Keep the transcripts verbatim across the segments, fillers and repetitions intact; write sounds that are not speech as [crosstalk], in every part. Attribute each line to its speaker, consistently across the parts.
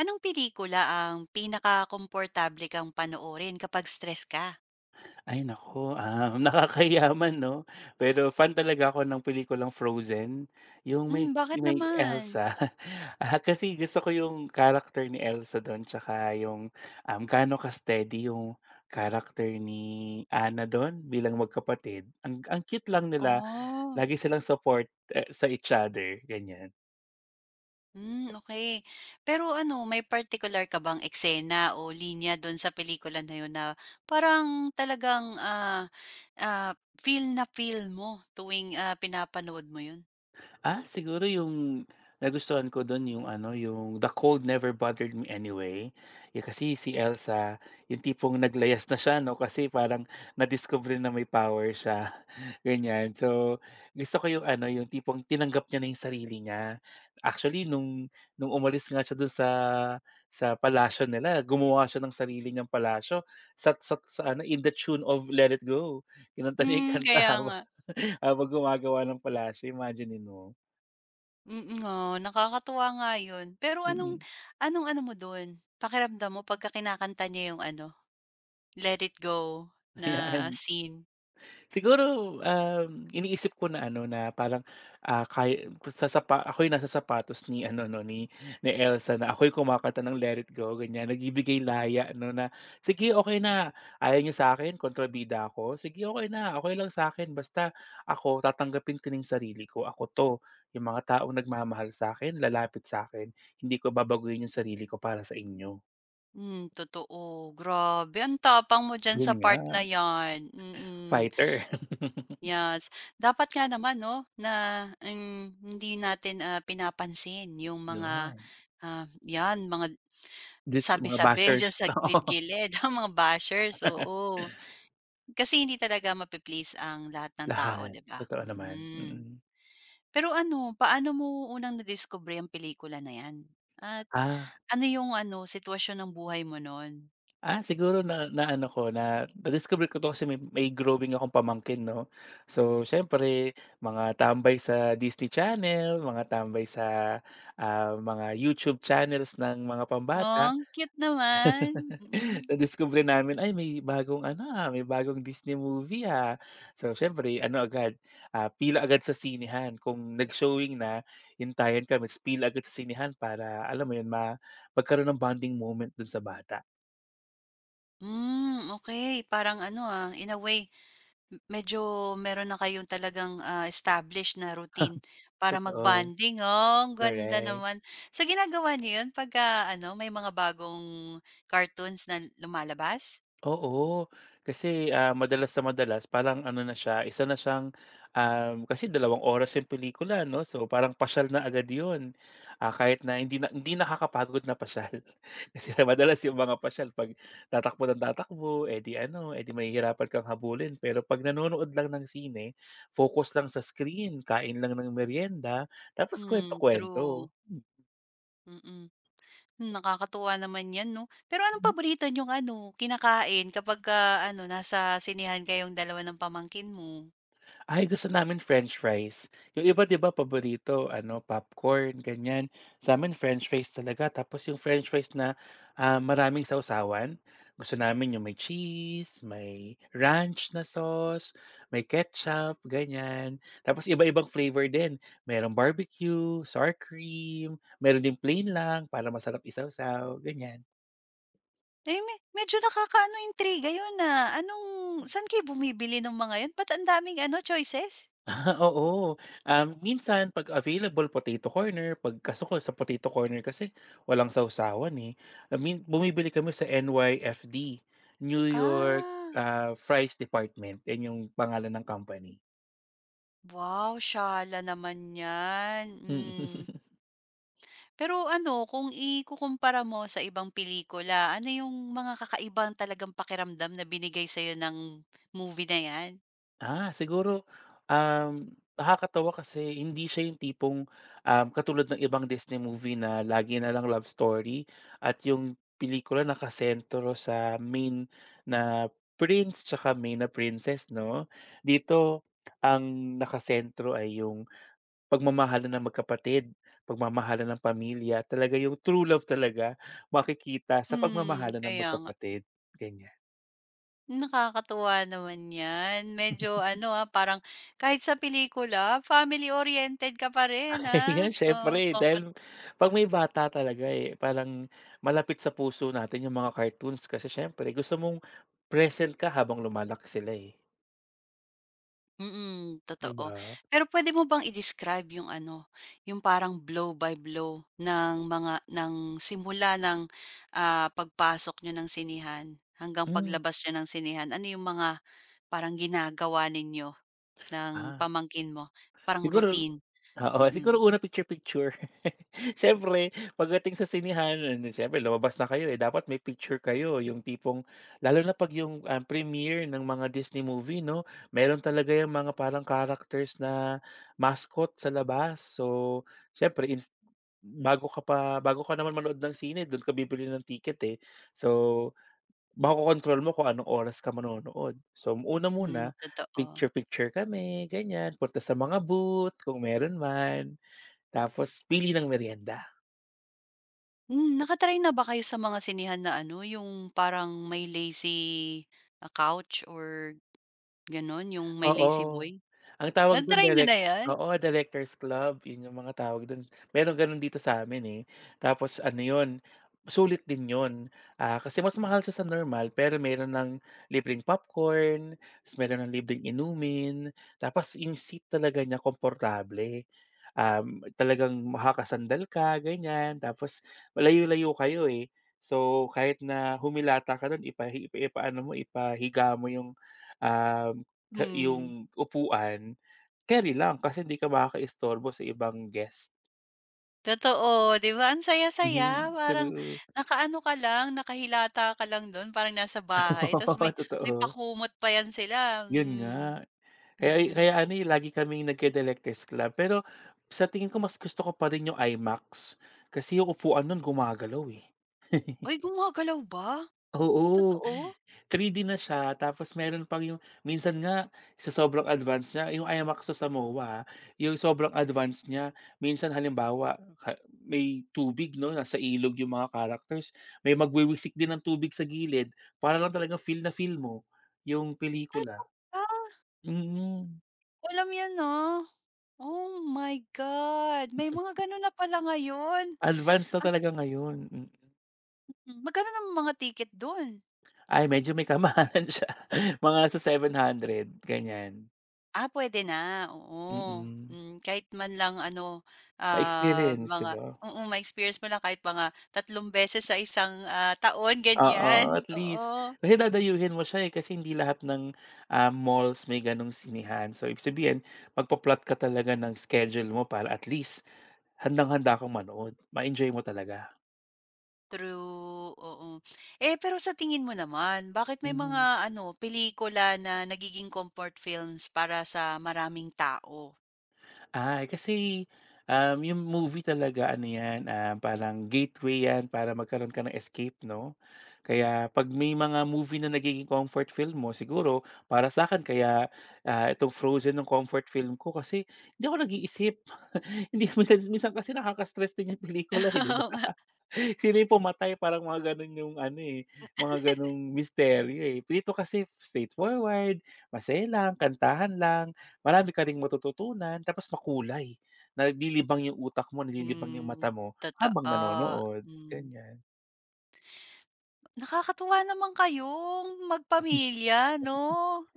Speaker 1: Anong pelikula ang pinaka komportable kang panoorin kapag stress ka?
Speaker 2: Ay naku, ah, [laughs] nakakahiya 'no, pero fan talaga ako ng pelikulang Frozen, yung
Speaker 1: Hmm,
Speaker 2: may
Speaker 1: bakit
Speaker 2: yung may
Speaker 1: naman?
Speaker 2: Elsa. [laughs] Ah, kasi gusto ko yung character ni Elsa dun tsaka yung, um, gaano ka-steady yung character ni Anna dun bilang magkapatid. Ang ang cute lang nila,
Speaker 1: Oh,
Speaker 2: lagi silang support, eh, sa each other, ganyan.
Speaker 1: hmm, okay. Pero ano, may particular ka bang eksena o linya dun sa pelikula na yun na parang talagang, ah, ah, feel na feel mo tuwing, ah, pinapanood mo yun?
Speaker 2: Ah, siguro yung nagustuhan ko dun yung ano, yung The Cold Never Bothered Me Anyway. Eh, kasi si Elsa, yung tipong naglayas na siya 'no, kasi parang nadiskubre na may power siya, [laughs] ganyan. So, gusto ko yung ano, yung tipong tinanggap niya na yung sarili niya. Actually nung nung umalis nga siya dun sa sa palasyo nila, gumawa siya ng sarili niyang palasyo sa sat sa ano, in the tune of Let It Go. Kinanta niya yung
Speaker 1: Hmm,
Speaker 2: kanta
Speaker 1: kaya
Speaker 2: habang
Speaker 1: nga.
Speaker 2: [laughs] habang gumagawa ng palasyo, imagine mo.
Speaker 1: Mm, oo, nakakatuwa nga yun. Pero anong
Speaker 2: Mm,
Speaker 1: anong ano mo dun, pakiramdam mo pagka kinakanta niya yung ano, Let It Go
Speaker 2: [laughs]
Speaker 1: na
Speaker 2: ayan.
Speaker 1: scene.
Speaker 2: Siguro, um, iniisip ko na ano, na parang, ah, kaya sa sapa ako'y nasa sapatos ni ano 'no, ni ni Elsa na ako'y kumakanta ng Let It Go, ganyan. Nagbibigay laya 'no, na, "Sige, okay na. Ayaw niyo sa'kin, kontrabida ako. Sige, okay na. Okey lang sa akin basta ako tatanggapin ko na sarili ko. Ako 'to. 'Yung mga taong nagmamahal sa akin lalapit sa akin. Hindi ko babaguhin 'yung sarili ko para sa inyo."
Speaker 1: Hmm, totoo. Grabe, ang tapang mo diyan
Speaker 2: 'Yun
Speaker 1: sa
Speaker 2: nga,
Speaker 1: part na 'yan. Mm,
Speaker 2: fighter. [laughs]
Speaker 1: yes. Dapat nga naman 'no, na, hmm, hindi natin, ah, pinapansin yung mga,
Speaker 2: 'Yun.
Speaker 1: ah, 'yan mga
Speaker 2: This mga
Speaker 1: sabi-sabi [laughs]
Speaker 2: bashers,
Speaker 1: diyan sa
Speaker 2: [laughs] oo.
Speaker 1: gilid-gilid, [laughs] ang mga bashers, oo. Kasi hindi talaga mapi-please ang lahat ng tao,
Speaker 2: Lahat,
Speaker 1: 'di ba?
Speaker 2: totoo naman,
Speaker 1: Mm.
Speaker 2: mm.
Speaker 1: Pero ano, paano mo unang nadiskubre ang pelikula na 'yan? At
Speaker 2: Ah,
Speaker 1: ano yung ano, sitwasyon ng buhay mo no'n?
Speaker 2: ah, siguro na naano ko na na-discover ko 'to kasi may may growing akong pamangkin 'no. So siyempre mga tambay sa Disney Channel, mga tambay sa, ah, mga YouTube channels ng mga
Speaker 1: Oh,
Speaker 2: pambata.
Speaker 1: ang cute naman,
Speaker 2: [laughs]
Speaker 1: mm.
Speaker 2: Nadiskubre namin, "Ay may bagong ano, ah, may bagong Disney movie, ah." So siyempre ano agad, ah, pila agad sa sinihan, kung nag-showing na, hintayan kami ta's pila agad sa sinihan para alam mo yun ma magkaroon ng bonding moment dun sa bata.
Speaker 1: Hmm, okey parang ano, ah, in a way m medyo meron na kayong talagang, ah, established na routine
Speaker 2: [laughs]
Speaker 1: para
Speaker 2: Totoo,
Speaker 1: mag-bonding, oh, ang ganda
Speaker 2: correct.
Speaker 1: naman. So ginagawa niyo 'yun pagka ano, may mga bagong cartoons na lumalabas?
Speaker 2: Oo, kasi, ah, madalas na madalas parang ano na siya, isa na siyang, um, kasi dalawang oras yung pelikula 'no, so parang pasyal na agad yun. Ah, kahit na hindi na hindi nakakapagod na pasyal. [laughs] Kasi madalas yung mga pasyal 'pag tatakbo ng tatakbo, eh, ano, edi di mahihirapan kang habulin. Pero 'pag nanonood lang ng sine, focus lang sa screen, kain lang ng merienda tapos kwento
Speaker 1: Hmm,
Speaker 2: kwento.
Speaker 1: true, mm. Hmm, nakakatuwa naman 'yan 'no. Pero anong paborito niyong ano, kinakain kapagka ano, nasa sinehan kayong dalawa ng pamangkin mo?
Speaker 2: Ay, gusto namin french fries. Yung iba 'di ba paborito ano, popcorn, ganyan. Sa'min french fries talaga tapos yung french fries na, ah, maraming sausawan. Gusto namin yung may cheese, may ranch na sauce, may ketchup, ganyan. Tapos iba-ibang flavor din. Merong barbecue, sour cream, meron ding plain lang para masarap isawsaw, ganyan.
Speaker 1: Eh, me medyo nakakaano, intriga 'yun, na Anong saan kayo bumibili nung mga 'yan? Ba't ang daming ano, choices?
Speaker 2: [laughs] Ah, Oo, um, minsan 'pag available potato corner, 'pag kaso ko sa potato corner kasi walang sawsawan, eh. I mean bumibili kami sa N Y F D, New York,
Speaker 1: Ah,
Speaker 2: ah, Fries Department, 'yan yung pangalan ng company.
Speaker 1: wow, shala naman 'yan,
Speaker 2: Mm.
Speaker 1: hmm.
Speaker 2: [laughs]
Speaker 1: Pero ano, kung ikukumpara mo sa ibang pelikula, ano yung mga kakaibang talagang pakiramdam na binigay sa'yo ng movie na 'yan?
Speaker 2: Ah, siguro, um, nakakatawa kasi hindi siya yung tipong, um, katulad ng ibang Disney movie na lagi na lang love story at yung pelikula nakasentro sa main na prince tsaka main na princess 'no. Dito ang nakasentro ay yung pagmamahalan ng magkapatid, pagmamahalan ng pamilya, talaga yung true love talaga makikita sa
Speaker 1: Hmm,
Speaker 2: pagmamahalan ng
Speaker 1: kaya nga.
Speaker 2: magkapatid, ganyan.
Speaker 1: Nakakatuwa naman 'yan. Medyo ano, ah, parang kahit sa pelikula family-oriented ka pa rin,
Speaker 2: [laughs]
Speaker 1: ah.
Speaker 2: Ayan,
Speaker 1: Oo,
Speaker 2: syempre,
Speaker 1: kokat
Speaker 2: dahil 'pag may bata talaga, eh, parang malapit sa puso natin yung mga cartoons kasi syempre gusto mong present ka habang lumalaki sila, eh,
Speaker 1: mm,
Speaker 2: 'di
Speaker 1: totoo.
Speaker 2: ba?
Speaker 1: Pero pwede mo bang i-describe yung ano, yung parang blow by blow ng mga ng simula ng, ah, pagpasok nyo ng sinihan hanggang
Speaker 2: Hmm,
Speaker 1: paglabas nyo ng sinihan. Ano yung mga parang ginagawa ninyo ng
Speaker 2: ah,
Speaker 1: pamangkin mo? Parang
Speaker 2: siguro
Speaker 1: routine?
Speaker 2: Oo,
Speaker 1: Mm,
Speaker 2: siguro una picture picture. [laughs] Siyempre pagdating sa sinihan, and then siyempre lumabas na kayo, eh, dapat may picture kayo yung tipong lalo na 'pag yung, ah, premiere ng mga Disney movie 'no, meron talaga yung mga parang characters na mascot sa labas. So, siyempre ins bago ka pa bago ka naman manood ng sine dun ka bibili ng ticket, eh. So makokontrol mo kung anong oras ka manonood. So, una muna,
Speaker 1: hmm, totoo.
Speaker 2: picture-picture kami, ganyan. Punta sa mga booth kung meron man, tapos pili ng merienda.
Speaker 1: Hmm, naka na ba kayo sa mga sinihan na ano, yung parang may lazy, ah, couch or gano'n, yung may lazy
Speaker 2: Oo,
Speaker 1: boy?
Speaker 2: ang tawag don
Speaker 1: Na-try niyo
Speaker 2: direc
Speaker 1: na 'yan?
Speaker 2: oo, Directors Club, yun yung mga tawag don. Merong ganon dito sa'min, eh, tapos ano yun, sulit din yun. Ah, kasi mas mahal siya sa normal pero meron ng libreng popcorn, ta's meron ng libreng inumin, tapos yung seat talaga niya komportable. Um, talagang makakasandal ka ganyan, tapos malayo-layo kayo, eh. So, kahit na humilata ka dun ipahi ipaano mo, ipahiga mo yung, ah ta
Speaker 1: Hmm,
Speaker 2: yung upuan, carry lang kasi hindi ka makakaistorbo sa ibang guest.
Speaker 1: totoo, 'di ba ang saya-saya
Speaker 2: Mhm,
Speaker 1: parang
Speaker 2: true.
Speaker 1: nakaano ka lang, nakahilata ka lang do'n parang nasa bahay tapos may
Speaker 2: Oo, [laughs]
Speaker 1: may
Speaker 2: totoo.
Speaker 1: pakumot pa 'yan sila,
Speaker 2: Yun
Speaker 1: hmm,
Speaker 2: nga, kaya
Speaker 1: mm.
Speaker 2: kaya ano, eh, lagi kaming nagke-Delectes Club pero sa tingin ko mas gusto ko pa rin yung IMAX kasi yung upuan nun gumagalaw, eh. [laughs]
Speaker 1: Ay, gumagalaw ba?
Speaker 2: Oo.
Speaker 1: Totoo?
Speaker 2: three D na siya tapos meron pang yung minsan nga sa sobrang advance niya yung IMAX sa Samoa, ah, yung sobrang advance niya minsan halimbawa ha may tubig 'no, nasa ilog yung mga characters, may magwiwisik din ng tubig sa gilid para lang talagang feel na feel mo yung pelikula.
Speaker 1: Ah,
Speaker 2: Mm,
Speaker 1: alam 'yan, ah. Oh my God, may mga gano'n na pala ngayon.
Speaker 2: advance na talaga ngayon, hmm.
Speaker 1: Hmm, magkano ng mga ticket do'n?
Speaker 2: Ay medyo may kamahalan [laughs] siya mga nasa seven hundred ganyan,
Speaker 1: Ah, puwede na, oo.
Speaker 2: mm.
Speaker 1: Hmm, kahit man lang ano, ah,
Speaker 2: Pa-experience 'di
Speaker 1: mga
Speaker 2: ba?
Speaker 1: oo, ma-experience mo lang kahit mga tatlong beses sa isang, ah, taon,
Speaker 2: Oo,
Speaker 1: ganiyan,
Speaker 2: at
Speaker 1: [laughs]
Speaker 2: least
Speaker 1: oo.
Speaker 2: kasi dadayuhin mo siya, eh, kasi hindi lahat ng, ah, malls may gano'ng sinihan. So, ibig sabihin magpa-plot ka talaga ng schedule mo para at least handang-handa kang manood, ma-enjoy mo talaga.
Speaker 1: True, oo. Eh, pero sa tingin mo naman, bakit may mga
Speaker 2: Hmm.
Speaker 1: ano, pelikula na nagiging comfort films para sa maraming tao?
Speaker 2: Ah, kasi, um, yung movie talaga ano yan, ah, parang gateway yan para magkaroon ka ng escape 'no. Kaya 'pag may mga movie na nagiging comfort film mo siguro para sa akin kaya, ah, itong Frozen ng comfort film ko kasi hindi ako nag-iisip. [laughs] Hindi minsan minsan kasi nakaka-stress din yung
Speaker 1: [laughs]
Speaker 2: pelikula, eh, 'di ba?
Speaker 1: Oo nga.
Speaker 2: Sila yung pumatay parang mga gano'n yung ano, eh, mga gano'ng misteryo, eh. Dito kasi straightforward, masaya lang, kantahan lang, marami ka ring matututunan tapos makulay, nalilibang yung utak mo, nalilibang yung
Speaker 1: Hmm,
Speaker 2: mata mo
Speaker 1: totoo.
Speaker 2: habang nanonood,
Speaker 1: Hmm.
Speaker 2: ganyan.
Speaker 1: Nakakatuwa naman kayong
Speaker 2: [laughs]
Speaker 1: magpamilya 'no?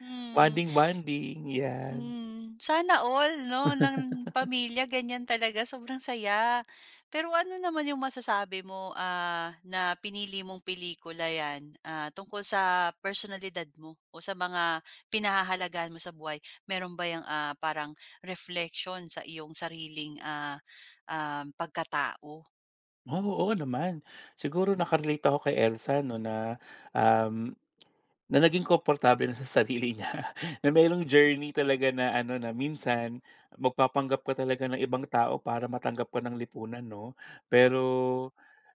Speaker 1: Hmm,
Speaker 2: Bonding-bonding, 'yan.
Speaker 1: hmm. Sana all 'no, ng pamilya ganyan talaga, sobrang saya. Pero ano naman yung masasabi mo, ah, na pinili mong pelikula 'yan, ah, tungkol sa personalidad mo o sa mga pinahahalagahan mo sa buhay? Meron ba yung ah, parang reflection sa iyong sariling, ah, um, pagkatao?
Speaker 2: Oo, oo naman. Siguro naka-relate ako kay Elsa 'no na, um na naging komportable na sa sarili niya, [laughs] na mayroong journey talaga na ano, na minsan magpapanggap ka talaga ng ibang tao para matanggap ka ng lipunan 'no. Pero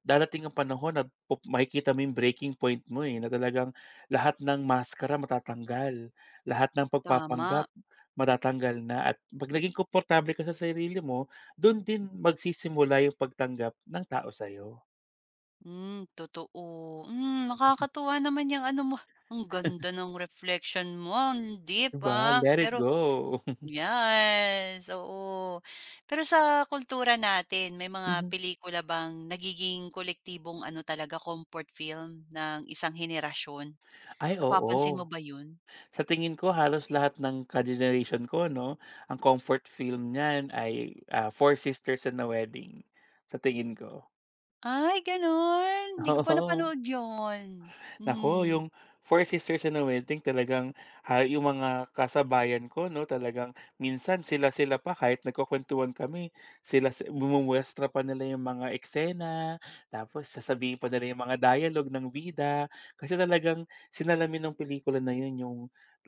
Speaker 2: darating ang panahon na pup makikita mo yung breaking point mo, eh, na talagang lahat ng maskara matatanggal, lahat ng
Speaker 1: Tama.
Speaker 2: pagpapanggap matatanggal na at 'pag naging komportable ka sa sarili mo, dun din magsisimula yung pagtanggap ng tao sa'yo,
Speaker 1: Hmm, totoo. Hmm, nakakatuwa naman yung ano mo, ang ganda ng reflection mo, ang deep,
Speaker 2: 'di ba?
Speaker 1: ah.
Speaker 2: Let It
Speaker 1: Pero
Speaker 2: Go. [laughs]
Speaker 1: yes, oo. Pero sa kultura natin, may mga
Speaker 2: Mhm.
Speaker 1: pelikula bang nagiging kolektibong ano talaga, comfort film ng isang henerasyon?
Speaker 2: Ay
Speaker 1: Napapansin mo
Speaker 2: oo.
Speaker 1: ba 'yun?
Speaker 2: Sa tingin ko halos lahat ng ka-generation ko 'no, ang comfort film niyan ay, ah, Four Sisters and a Wedding, sa tingin ko,
Speaker 1: Ay, gano'n?
Speaker 2: [laughs]
Speaker 1: Hindi ko pa
Speaker 2: oo.
Speaker 1: napanood 'yun.
Speaker 2: Nako
Speaker 1: Hmm,
Speaker 2: yung Four Sisters in a Wedding talagang, ah, yung mga kasabayan ko 'no, talagang minsan sila-sila pa kahit nagkukuwentuhan kami, sila si mumuwestra pa nila yung mga eksena, tapos sasabihin pa nila yung mga dialogue ng bida. Kasi talagang sinalamin ng pelikula na yun yung,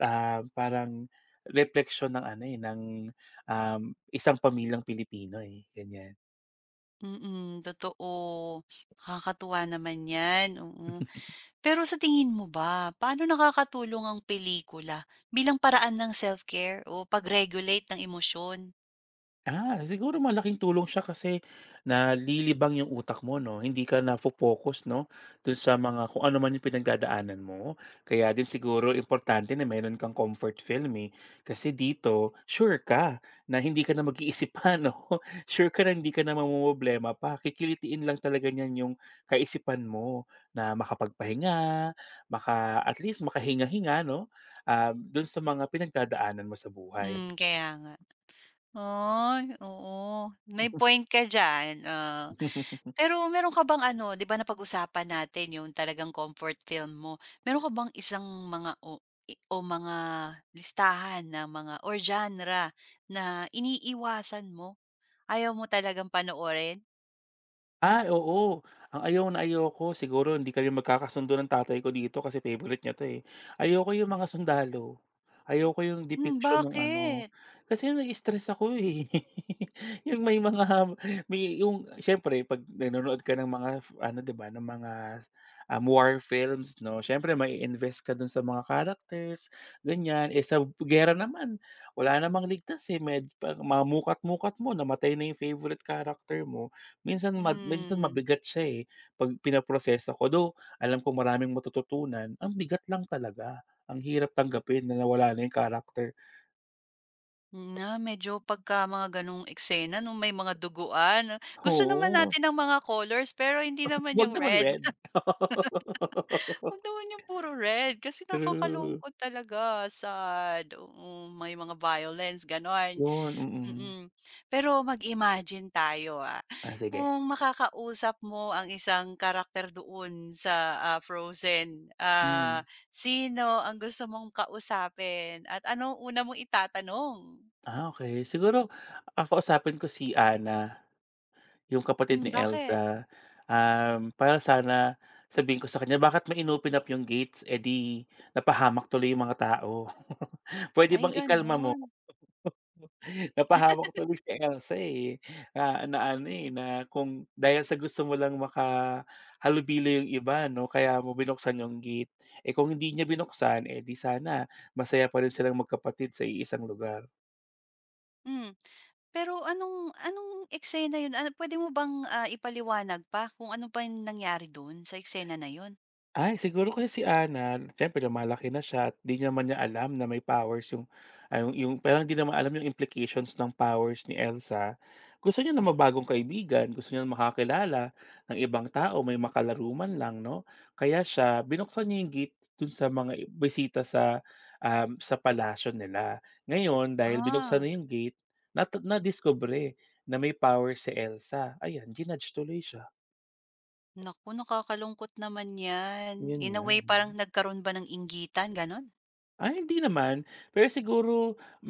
Speaker 2: ah, parang repleksyon ng ano, eh, ng, um, isang pamilyang Pilipino, eh, ganyan.
Speaker 1: mm, totoo. Nakakatuwa naman 'yan, oo. Pero sa tingin mo ba, paano nakakatulong ang pelikula bilang paraan ng self-care o pag-regulate ng emosyon?
Speaker 2: Ah, siguro malaking tulong siya kasi nalilibang yung utak mo 'no, hindi ka na focus 'no, dun sa mga kung ano man yung pinagdadaanan mo. Kaya din siguro importante na meron kang comfort film, eh, kasi dito sure ka na hindi ka na mag-iisip pa 'no, [laughs] sure ka na hindi ka na mamomroblema pa, kikilitiin lang talaga niyan yung kaisipan mo na makapagpahinga, maka at least makahinga-hinga 'no, ah dun sa mga pinagdadaanan mo sa buhay.
Speaker 1: Hmm, kaya nga. Ay, oo. May point ka diyan, oo.
Speaker 2: [laughs]
Speaker 1: Pero meron ka bang ano, 'di ba napag-usapan natin yung talagang comfort film mo. Meron ka bang isang mga o i o mga listahan na mga or genre na iniiwasan mo? Ayaw mo talagang panoorin?
Speaker 2: Ay, oo. Ang ayaw na ayaw ko siguro hindi kami magkakasundo ng tatay ko dito kasi favorite niya 'to, eh. Ayoko yung mga sundalo, ayoko yung
Speaker 1: Hmm,
Speaker 2: depiction ng ano,
Speaker 1: bakit?
Speaker 2: kasi nai-stress ako, eh. [laughs] Yung may mga may yung siyempre 'pag nanonood ka ng mga f ano, 'di ba, ng mga, um, war films 'no, siyempre may invest ka dun sa mga characters, ganyan. Eh, sa giyera naman wala namang ligtas, eh, med 'pag mga muka't-mukat mo namatay na yung favorite character mo, minsan mad minsan
Speaker 1: Hmm.
Speaker 2: mabigat siya, eh, 'pag pinoproseso ko. Though, alam kong maraming matututunan, ang bigat lang talaga. Ang hirap tanggapin na nawala na yung character.
Speaker 1: Na medyo pagka mga gano'ng eksena 'no, may mga duguan. ah,
Speaker 2: [laughs]
Speaker 1: Gusto naman
Speaker 2: Oo,
Speaker 1: natin ng mga colors pero hindi naman
Speaker 2: wag
Speaker 1: yung
Speaker 2: naman
Speaker 1: red.
Speaker 2: red.
Speaker 1: [laughs]
Speaker 2: [laughs]
Speaker 1: Huwag naman yung puro red kasi
Speaker 2: True,
Speaker 1: nakakalungkot talaga, sad. Oo, may mga violence gano'n,
Speaker 2: yun, mm.
Speaker 1: mm. Pero mag-imagine tayo, ah,
Speaker 2: Ah, sige.
Speaker 1: kung makakausap mo ang isang karakter doon sa, ah, Frozen,
Speaker 2: Hmm,
Speaker 1: ah, sino ang gusto mong kausapin at anong una mong itatanong?
Speaker 2: ah, okey. Siguro, ah, kausapin ko si Ana. Yung kapatid
Speaker 1: Hmm,
Speaker 2: ni
Speaker 1: bakit?
Speaker 2: Elsa, um, para sana sabihin ko sa kanya, "Bakit mo in-open up yung gates, eh, di napahamak tuloy yung mga tao. [laughs] Pwede
Speaker 1: Ay
Speaker 2: bang ikalma mo?"
Speaker 1: gano'n,
Speaker 2: [laughs] Napahamak tuloy si Elsa, eh, na na ano, eh, na kung dahil sa gusto mo lang makahalubilo yung iba 'no, kaya mo binuksan yung gate. Eh, kung hindi niya binuksan, eh, di sana masaya pa rin silang magkapatid sa iisang lugar.
Speaker 1: hmm. Pero anong anong eksena 'yun, ano puwede mo bang, ah, ipaliwanag pa kung ano ba 'yung nangyari do'n sa eksena na 'yun?
Speaker 2: Ay, siguro kasi si Ana siyempre lumalaki na siya at 'di naman niya alam na may powers yung ay yung yung parang 'di naman alam yung implications ng powers ni Elsa. Gusto niya na mabagong kaibigan, gusto niya na makakilala ng ibang tao, may makalaruman lang 'no. Kaya siya binuksan niya yung gate dun sa mga i- bisita sa, um, sa palasyo nila. Ngayon dahil binuksan
Speaker 1: Ah,
Speaker 2: na yung gate, nat nadiskubre na may powers si Elsa. Ayan, jinudge tuloy siya,
Speaker 1: naku nakakalungkot naman 'yan.
Speaker 2: yun
Speaker 1: In a
Speaker 2: nga,
Speaker 1: way
Speaker 2: eh.
Speaker 1: parang nagkaroon ba ng inggitan, gano'n?
Speaker 2: Ay hindi naman, pero siguro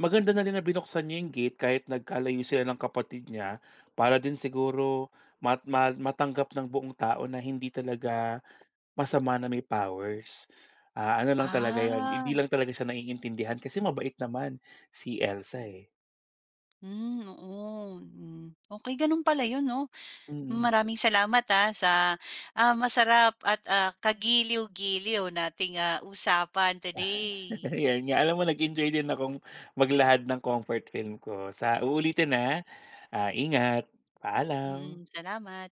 Speaker 2: maganda na rin na binuksan niya yung gate kahit nagkalayo sila ng kapatid niya, para din siguro mat ma matanggap ng buong tao na hindi talaga masama na may powers. Ah, ano lang talaga yon?
Speaker 1: Ah,
Speaker 2: Hindi lang talaga siya naiintindihan kasi mabait naman si Elsa, eh.
Speaker 1: hmm, oo, hmm. Okey gano'n pala 'yun 'no.
Speaker 2: Mm,
Speaker 1: Maraming salamat, ah, sa, ah, masarap at, ah, kagiliw-giliw nating, ah, usapan
Speaker 2: [laughs]
Speaker 1: today.
Speaker 2: yun nga. Alam mo nag-enjoy din akong maglahad ng comfort film ko sa uulitin, ah. Ah, ingat,
Speaker 1: Mm,
Speaker 2: paalam.
Speaker 1: salamat.